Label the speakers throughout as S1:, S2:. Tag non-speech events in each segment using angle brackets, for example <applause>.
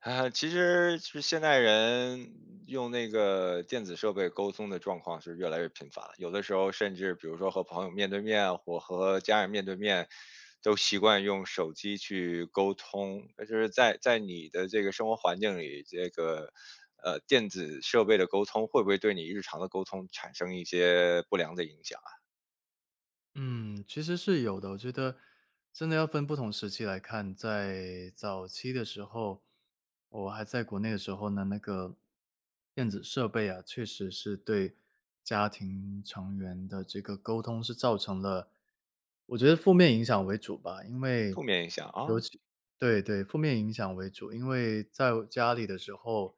S1: <laughs> 其实是现代人用那个电子设备沟通的状况是越来越频繁了，有的时候甚至比如说和朋友面对面或和家人面对面，都习惯用手机去沟通。那就是在你的这个生活环境里，这个电子设备的沟通会不会对你日常的沟通产生一些不良的影响啊？
S2: 嗯，其实是有的。我觉得真的要分不同时期来看，在早期的时候，我还在国内的时候呢，那个电子设备啊，确实是对家庭成员的这个沟通是造成了，我觉得负面影响为主吧。因为
S1: 负面影响啊，
S2: 对，负面影响为主，因为在我家里的时候，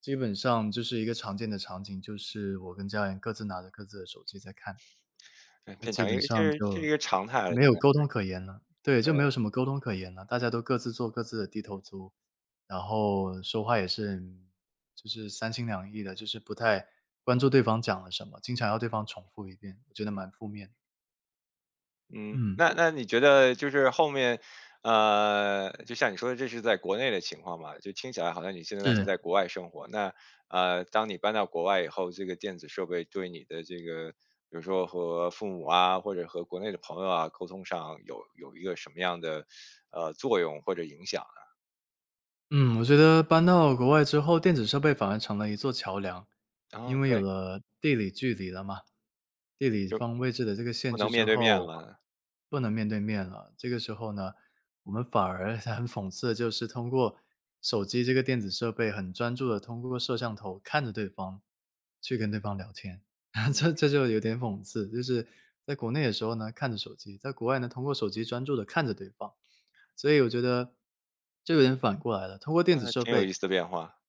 S2: 基本上就是一个常见的场景，就是我跟家人各自拿着各自的手机在看。那
S1: 变
S2: 基
S1: 成一
S2: 本
S1: 个这
S2: 上
S1: 是这是
S2: 就
S1: 一个常态了，
S2: 没有
S1: 现
S2: 沟
S1: 在。
S2: 通可言了。对，就没有什么沟通可言了，大家都各自做各自的低头族，然后说话也是就是三心两意的，就是不太关注对方讲了什么，经常要对方重复一遍，我觉得蛮负面的
S1: 嗯，
S2: 嗯，
S1: 那你觉得就是后面，就像你说的，这是在国内的情况嘛？就听起来好像你现在是
S2: 是。
S1: 在国外生活。那当你搬到国外以后，这个电子设备对你的这个，比如说和父母啊，或者和国内的朋友啊，沟通上有一个什么样的作用或者影响
S2: 嗯，我觉得搬到国外之后，电子设备反而成了一座桥梁，
S1: 啊？啊，
S2: 因为有
S1: 对，
S2: 了地理距离了嘛，地理
S1: 就
S2: 方位置的这个限
S1: 不
S2: 制
S1: 能面
S2: 之
S1: 对面
S2: 后，
S1: 了。
S2: 不能面对面了。这个时候呢，我们反而 <laughs> 很讽刺的就是通过手机这个电子设备，很专注的通过摄像头看着对方，去跟对方聊天，<laughs>
S1: 嗯，
S2: 这就有点讽刺。就是在国内的时候呢，看着手机，在国外呢，通过手机专注的看着对方。所以我觉得就有点反过来了，通过电子
S1: 那
S2: 设
S1: 挺有意
S2: 备，
S1: 思的变化，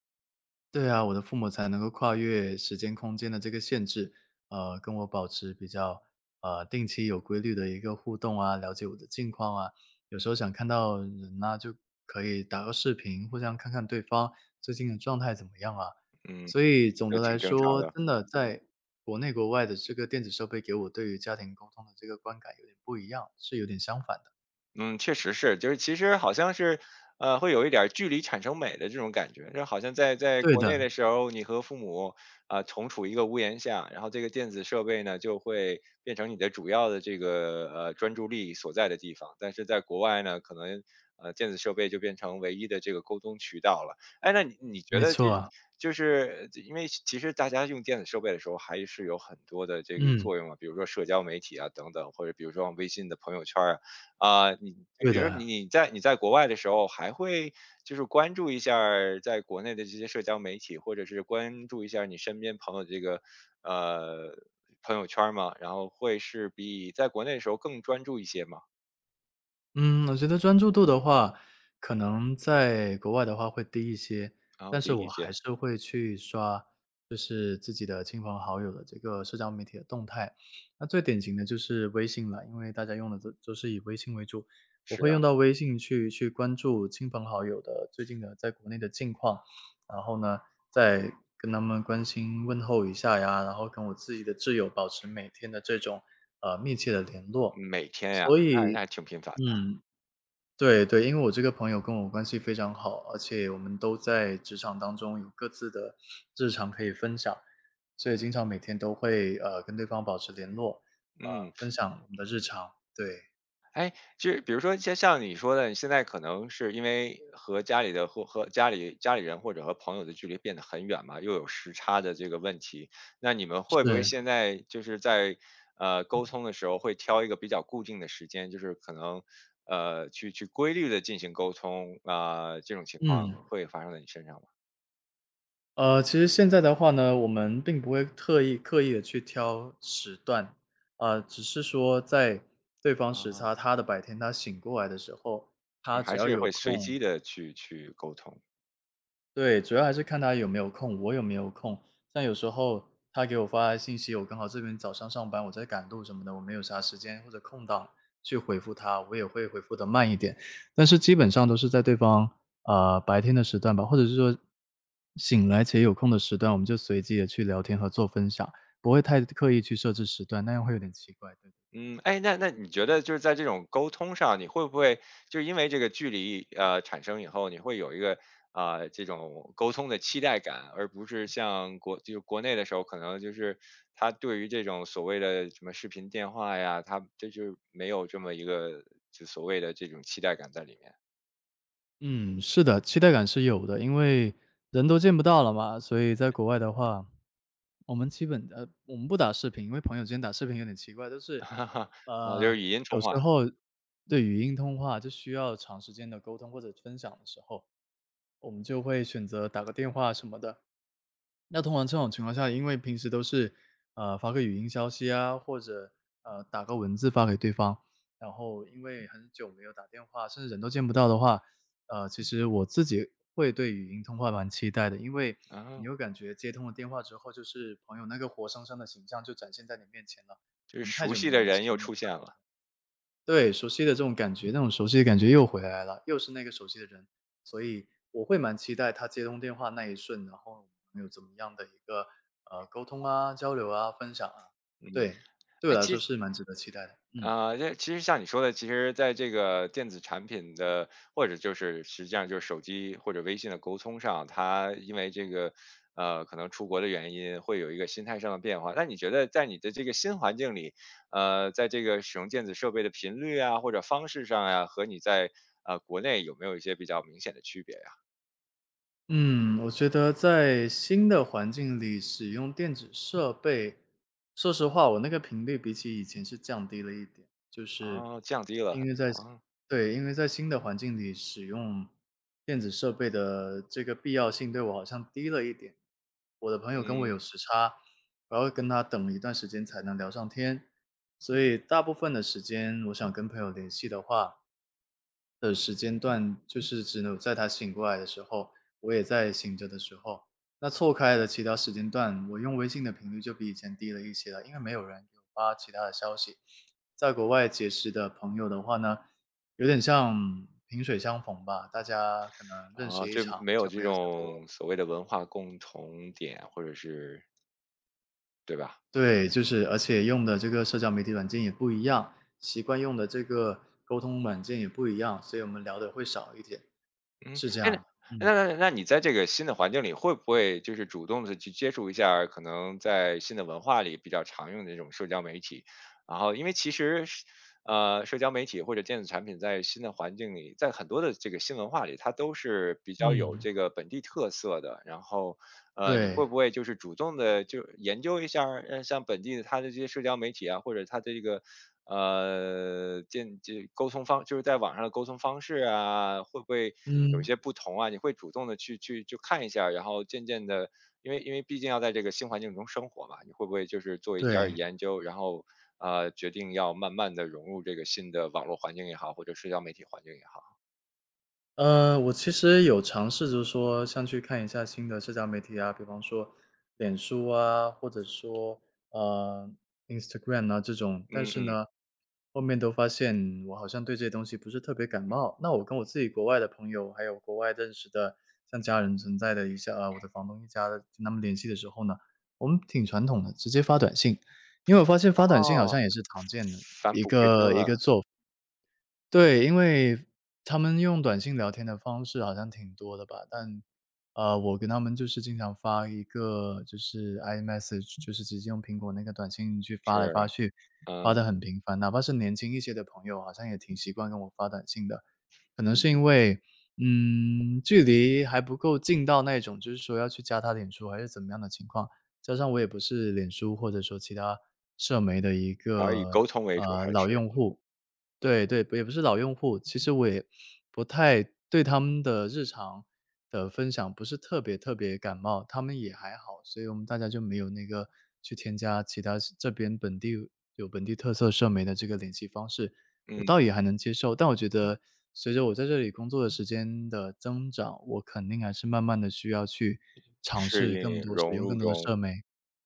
S2: 对啊，我的父母才能够跨越时间空间的这个限制，跟我保持比较，定期有规律的一个互动啊，了解我的近况啊。有时候想看到人呐，就可以打个视频，互相看看对方最近的状态怎么样啊。
S1: 嗯，
S2: 所以总
S1: 也
S2: 的来
S1: 挺正常
S2: 说，
S1: 的。
S2: 真的在国内国外的这个电子设备给我对于家庭沟通的这个观感有点不一样，是有点相反的。
S1: 嗯，确实是，就是其实好像是，会有一点儿距离产生美的这种感觉，就好像在
S2: 对
S1: 国
S2: 的，
S1: 内的时候，你和父母啊、同处一个屋檐下，然后这个电子设备呢就会变成你的主要的这个专注力所在的地方，但是在国外呢，可能电子设备就变成唯一的这个沟通渠道了。哎，那你你觉
S2: 没
S1: 得这
S2: 错，啊。
S1: 就是因为其实大家用电子设备的时候，还是有很多的这个
S2: 嗯。
S1: 作用啊，比如说社交媒体啊等等，或者比如说微信的朋友圈啊。啊，你就
S2: 对
S1: 比如说你
S2: 的，
S1: 你在你在国外的时候，还会就是关注一下儿在国内的这些社交媒体，或者是关注一下儿你身边朋友的这个呃朋友圈儿吗？然后会是比在国内的时候更专注一些吗？
S2: 嗯，我觉得专注度的话，可能在国外的话会低一些，
S1: 然后
S2: 但是
S1: 第一
S2: 我还
S1: 些
S2: 是会去刷，就是自己的亲朋好友的这个社交媒体的动态。那最典型的就是微信了，因为大家用的都是以微信为主，我
S1: 是
S2: 会用
S1: 啊
S2: 到微信去关注亲朋好友的最近的在国内的近况，然后呢，再跟他们关心问候一下呀，然后跟我自己的挚友保持每天的这种密切的联络。
S1: 每天呀，
S2: 所
S1: 那那
S2: 以
S1: 还挺频繁的，
S2: 嗯，对,因为我这个朋友跟我关系非常好，而且我们都在职场当中有各自的日常可以分享，所以经常每天都会跟对方保持联络，呃，
S1: 嗯。
S2: 分享我们的日常。对，
S1: 哎，就实比如说像像你说的，你现在可能是因为和家里的或和家里人或者和朋友的距离变得很远嘛，又有时差的这个问题，那你们会不会
S2: 是，
S1: 现在就是在沟通的时候会挑一个比较固定的时间，就是可能去规律的进行沟通啊、这种情
S2: 嗯，
S1: 况会发生在你身上吗？
S2: 其实现在的话呢，我们并不会特意刻意的去挑时段，啊，只是说在对方时
S1: 啊，
S2: 差他的白天他醒过来的时候，
S1: 就
S2: 他只
S1: 还
S2: 要
S1: 是
S2: 有
S1: 会随
S2: 空，
S1: 机的去沟通。
S2: 对，主要还是看他有没有空，我有没有空。像有时候他给我发信息，我刚好这边早上上班，我在赶路什么的，我没有啥时间或者空档去回复他，我也会回复的慢一点。但是基本上都是在对方白天的时段吧，或者是说醒来且有空的时段，我们就随机的去聊天和做分享，不会太刻意去设置时段，那样会有点奇怪。对。
S1: 嗯，哎，那你觉得就是在这种沟通上，你会不会就是因为这个距离产生以后，你会有一个啊这种沟通的期待感，而不是像国就是国内的时候，可能就是他对于这种所谓的什么视频电话呀，他这就是没有这么一个就所谓的这种期待感在里面，
S2: 嗯，是的，期待感是有的，因为人都见不到了嘛，所以在国外的话，我们基本我们不打视频，因为朋友之间打视频有点奇怪，就是
S1: <laughs> 啊，哦就
S2: 呃，
S1: 是语音
S2: 有
S1: 通
S2: 时
S1: 话，
S2: 候对语音通话就需要长时间的沟通或者分享的时候，我们就会选择打个电话什么的。那通常这种情况下，因为平时都是，发个语音消息啊，或者，打个文字发给对方，然后因为很久没有打电话，甚至人都见不到的话，其实我自己会对语音通话蛮期待的，因为
S1: 啊，
S2: 你会感觉接通了电话之后，就是朋友那个活生生的形象就展现在你面前了。
S1: 就
S2: 我
S1: 是
S2: 们太
S1: 熟
S2: 久
S1: 悉
S2: 没
S1: 的
S2: 联系，
S1: 人又
S2: 没有
S1: 出现了，
S2: 对，熟悉的这种感觉，那种熟悉的感觉又回来了，又是那个熟悉的人，所以我会蛮期待他接通电话那一瞬，然后能有怎么样的一个沟通啊、交流啊、分享啊，
S1: 嗯，
S2: 对，对我
S1: 哎，
S2: 来
S1: 其
S2: 说
S1: 实
S2: 是蛮值得期待的，嗯。
S1: 啊，这其实像你说的，其实在这个电子产品的，或者就是实际上就是手机或者微信的沟通上，它因为这个，可能出国的原因，会有一个心态上的变化。那你觉得在你的这个新环境里，在这个使用电子设备的频率啊，或者方式上呀、和你在国内有没有一些比较明显的区别呀、
S2: 嗯，我觉得在新的环境里使用电子设备，说实话，我那个频率比起以前是降低了一点，就是
S1: 啊？降低了
S2: 因
S1: 很
S2: 为
S1: 多
S2: 在
S1: 啊。
S2: 对，因为在新的环境里使用电子设备的这个必要性对我好像低了一点。我的朋友跟我有
S1: 嗯，
S2: 时差，我要跟他等一段时间才能聊上天，所以大部分的时间，我想跟朋友联系的话，的时间段，就是只有在他醒过来的时候，我也在醒着的时候。那错开的其他时间段，我用微信的频率就比以前低了一些了，因为没有人给我发其他的消息。在国外结识的朋友的话呢，有点像萍水相逢吧，大家可能认识
S1: 啊，
S2: 一
S1: 就
S2: 场
S1: 没有
S2: 就
S1: 这
S2: 没有再多
S1: 种所谓的文化共同点，或者是对吧？
S2: 对，就是而且用的这个社交媒体软件也不一样，习惯用的这个沟通软件也不一样，所以我们聊的会少一点，
S1: 嗯，
S2: 是这
S1: 哎，
S2: 样
S1: 那
S2: 的。嗯，
S1: 那那那你在这个新的环境里，会不会就是主动的去接触一下儿可能在新的文化里比较常用的这种社交媒体？然后因为其实是社交媒体或者电子产品在新的环境里，在很多的这个新文化里，它都是比较有
S2: 嗯，
S1: 这个本地特色的，然后你
S2: 对。
S1: 会不会就是主动的就研究一下儿，呃，像本地的它的这些社交媒体啊，或者它的这个，建这沟通方就是在网上的沟通方式啊，会不会有一
S2: 嗯，
S1: 些不同啊？你会主动的去看一下儿然后渐渐的，因为毕竟要在这个新环境中生活嘛，你会不会就是做一点儿
S2: 对。
S1: 研究，然后，决定要慢慢的融入这个新的网络环境也好，或者社交媒体环境也好？
S2: 我其实有尝试就是说，像去看一下新的社交媒体啊，比方说脸书啊，或者说，呃，Instagram 啊这种。但
S1: 嗯
S2: 是
S1: 嗯，
S2: 呢，后面都发现我好像对这些东西不是特别感冒。那我跟我自己国外的朋友，还有国外认识的像家人存在的一些啊，我的房东一家的，跟他们联系的时候呢，我们挺传统的，直接发短信。因为我发现发短信好
S1: 哦，
S2: 像也是常见的，
S1: 返璞归真了，
S2: 对，因为他们用短信聊天的方式好像挺多的吧，但，我跟他们就是经常发一个就是 iMessage,就是直接用苹果那个短信去发来
S1: 是，
S2: 发去，
S1: 嗯
S2: 发的很频繁。哪怕是年轻一些的朋友，好像也挺习惯跟我发短信的。可能是
S1: 嗯。
S2: 因为，嗯，距离还不够近到那种，就是说要去加他脸书还是怎么样的情况。加上我也不是脸书或者说其他社媒的一
S1: 然后以
S2: 个，
S1: 沟通为主还是
S2: 老用户，对,也不是老用户，其实我也不太对他们的日常的分享不是特别特别感冒，他们也还好，所以我们大家就没有那个去添加其他这边本地有本地特色社媒的这个联系方式，我
S1: 嗯，
S2: 倒也还能接受。但我觉得随着我在这里工作的时间的增长，我肯定还是慢慢的需要去尝
S1: 适
S2: 试更
S1: 应、
S2: 多使
S1: 融
S2: 用
S1: 入
S2: 更多的
S1: 中，
S2: 社媒，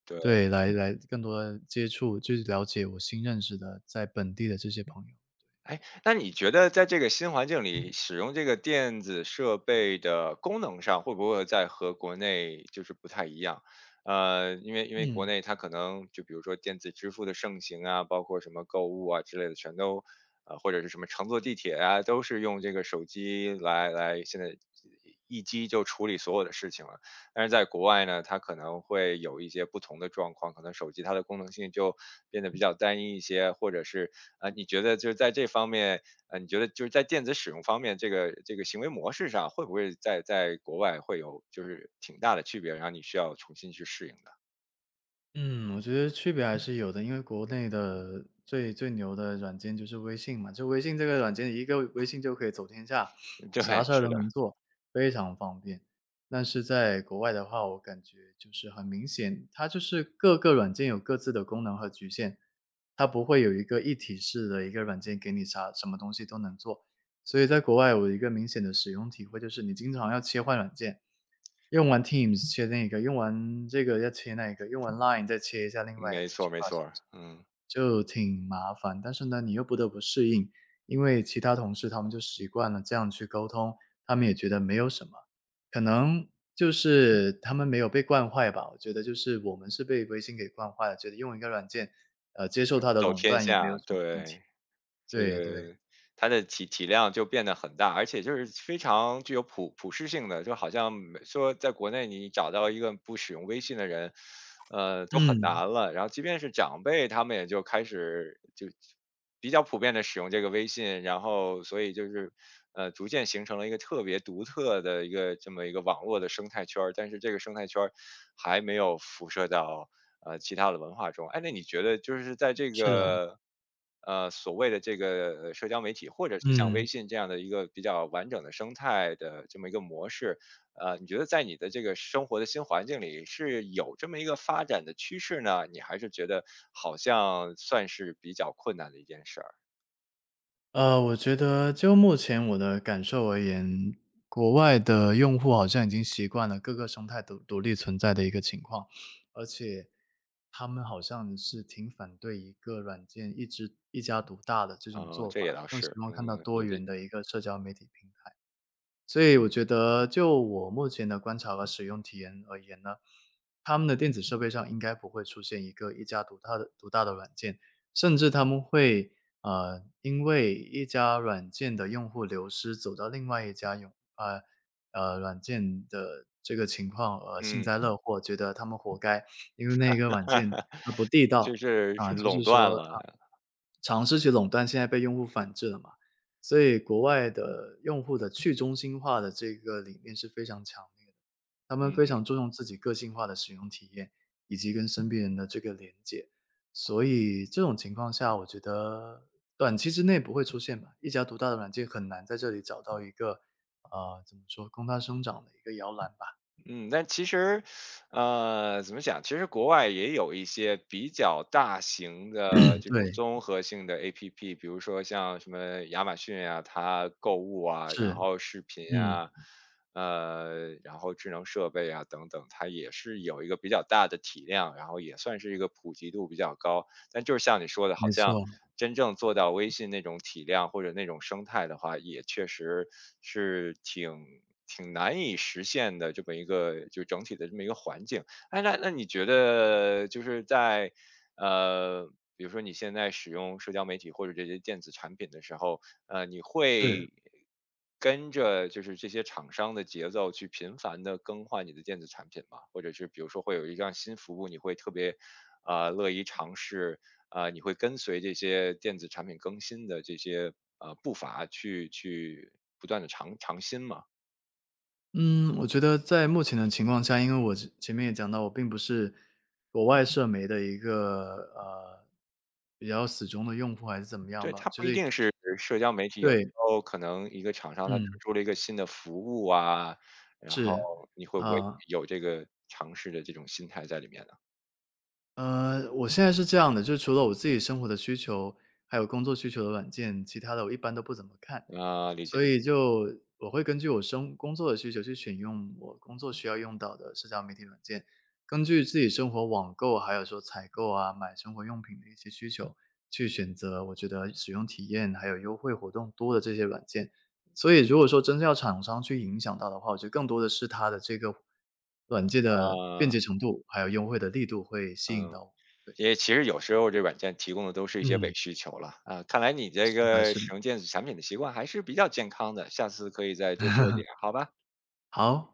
S1: 对。
S2: 对，来来更多的接触，去了解我新认识的在本地的这些朋友，
S1: 哎，那你觉得在这个新环境里，使用这个电子设备的功能上，会不会在和国内就是不太一样？因为国
S2: 嗯。
S1: 内它可能就比如说电子支付的盛行啊，包括什么购物啊之类的，全都或者是什么乘坐地铁啊，都是用这个手机来，现在一机就处理所有的事情了。但是在国外呢，它可能会有一些不同的状况，可能手机它的功能性就变得比较单一一些，或者是你觉得就是在这方面，你觉得就是在电子使用方面，这个行为模式上，会不会在国外会有就是挺大的区别，然后你需要重新去适应的？
S2: 嗯，我觉得区别还是有的，因为国内的最最牛的软件就是微信嘛，就微信这个软件，一个微信就可以走天下，
S1: <laughs> 对，
S2: 啥事儿
S1: 是
S2: 都能
S1: 的，
S2: 做，非常方便。但是在国外的话，我感觉就是很明显，它就是各个软件有各自的功能和局限，它不会有一个一体式的一个软件给你啥什么东西都能做。所以在国外有一个明显的使用体会，就是你经常要切换软件，用完 Teams 切那个，用完这个要切那个，用完 Line 再切一下另外一
S1: 没
S2: 个去
S1: 错没
S2: 发消
S1: 错，
S2: 息，
S1: 嗯，
S2: 就挺麻烦。但是呢，你又不得不适应，因为其他同事他们就习惯了这样去沟通，他们也觉得没有什么，可能就是他们没有被惯坏吧。我觉得就是我们是被微信给惯坏了，觉得用一个软件，接受它的
S1: 走
S2: 垄
S1: 天
S2: 断也没有
S1: 下，
S2: 什么问题。
S1: 对。这
S2: 对对，
S1: 个它的体量就变得很大，而且就是非常具有普适性的，就好像没说在国内你找到一个不使用微信的人，呃，都很
S2: 嗯，
S1: 难了。然后即便是长辈，他们也就开始就比较普遍的使用这个微信，然后所以就是逐渐形成了一个特别独特的一个这么一个网络的生态圈儿，但是这个生态圈儿还没有辐射到其他的文化中。哎，那你觉得就是在这
S2: 是的，
S1: 个所谓的这个社交媒体，或者是像微
S2: 嗯。
S1: 信这样的一个比较完整的生态的这么一个模式，你觉得在你的这个生活的新环境里是有这么一个发展的趋势呢？你还是觉得好像算是比较困难的一件事儿？
S2: 我觉得就目前我的感受而言，国外的用户好像已经习惯了各个生态独立存在的一个情况，而且他们好像是挺反对一个软件一直一家独大的这种
S1: 哦，
S2: 做
S1: 这也
S2: 法，
S1: 倒
S2: 更希
S1: 是，
S2: 望
S1: 嗯，
S2: 看到多
S1: 有这
S2: 元的一个社交媒体平台。所以我觉得就我目前的观察和使用体验而言呢，他们的电子设备上应该不会出现一个一家独大的软件，甚至他们会因为一家软件的用户流失，走到另外一家用软件的这个情况而幸
S1: 嗯，
S2: 灾乐祸，觉得他们活该，因为那个软件它
S1: <laughs>
S2: 不地
S1: 就
S2: 道
S1: 是
S2: 啊，
S1: 是
S2: 就
S1: 垄
S2: 是
S1: 断
S2: 说
S1: 了，
S2: 啊尝试去垄断现在被用户反制了嘛。所以国外的用户的去中心化的这个理念是非常强烈的，他们非
S1: 嗯
S2: 常注重自己个性化的使用体验，以及跟身边人的这个连接。所以这种情况下，我觉得短期之内不会出现吧，一家独大的软件很难在这里找到一个，怎么说，供它生长的一个摇篮吧。
S1: 嗯，但其实，呃，怎么讲？其实国外也有一些比较大型的这种
S2: 对，
S1: 综合性的 APP，比如说像什么亚马逊啊，它购物啊，然
S2: 是，
S1: 后视频
S2: 嗯，
S1: 啊，然后智能设备啊等等，它也是有一个比较大的体量，然后也算是一个普及度比较高。但就是像你说的，
S2: 没
S1: 好像
S2: 错，
S1: 真正做到微信那种体量或者那种生态的话，也确实是挺挺难以实现的这么一个就整体的这么一个环境。哎，那你觉得就是在呃，比如说你现在使用社交媒体或者这些电子产品的时候，你
S2: 是。
S1: 会跟着就是这些厂商的节奏去频繁的更换你的电子产品吗？或者是比如说会有一项新服务，你会特别乐意尝试，啊，你会跟随这些电子产品更新的这些步伐去不断的尝尝新嘛。
S2: 嗯，我觉得在目前的情况下，因为我之前面也讲到，我并不是国外社媒的一个比较死忠的用户还是怎么样
S1: 对，
S2: 吧，
S1: 它不
S2: 所
S1: 一
S2: 以
S1: 定是社交媒体，有时
S2: 对，
S1: 候可能一个厂商它推
S2: 嗯，
S1: 出了一个新的服务啊，然后
S2: 是，
S1: 你会不会
S2: 啊、
S1: 有这个尝试的这种心态在里面呢？
S2: 我现在是这样的，就是除了我自己生活的需求，还有工作需求的软件，其他的我一般都不怎么看。
S1: 啊，理解
S2: 所
S1: 理解
S2: 以就我会根据我生工作的需求去选用我工作需要用到的社交媒体软件，根据自己生活网购，还有说采购啊、买生活用品的一些需求，去选择我觉得使用体验还有优惠活动多的这些软件。所以如果说真正要厂商去影响到的话，我觉得更多的是它的这个软件的便捷
S1: 啊。
S2: 程度，还有优惠的力度会吸引到我，对。
S1: 因为其实有时候这软件提供的都是一些
S2: 嗯，
S1: 伪需求了啊，看来你这
S2: 是的
S1: 个
S2: 是的。
S1: 使用电子产品的习惯还是比较健康的，下次可以再多说一点，好吧？
S2: 好。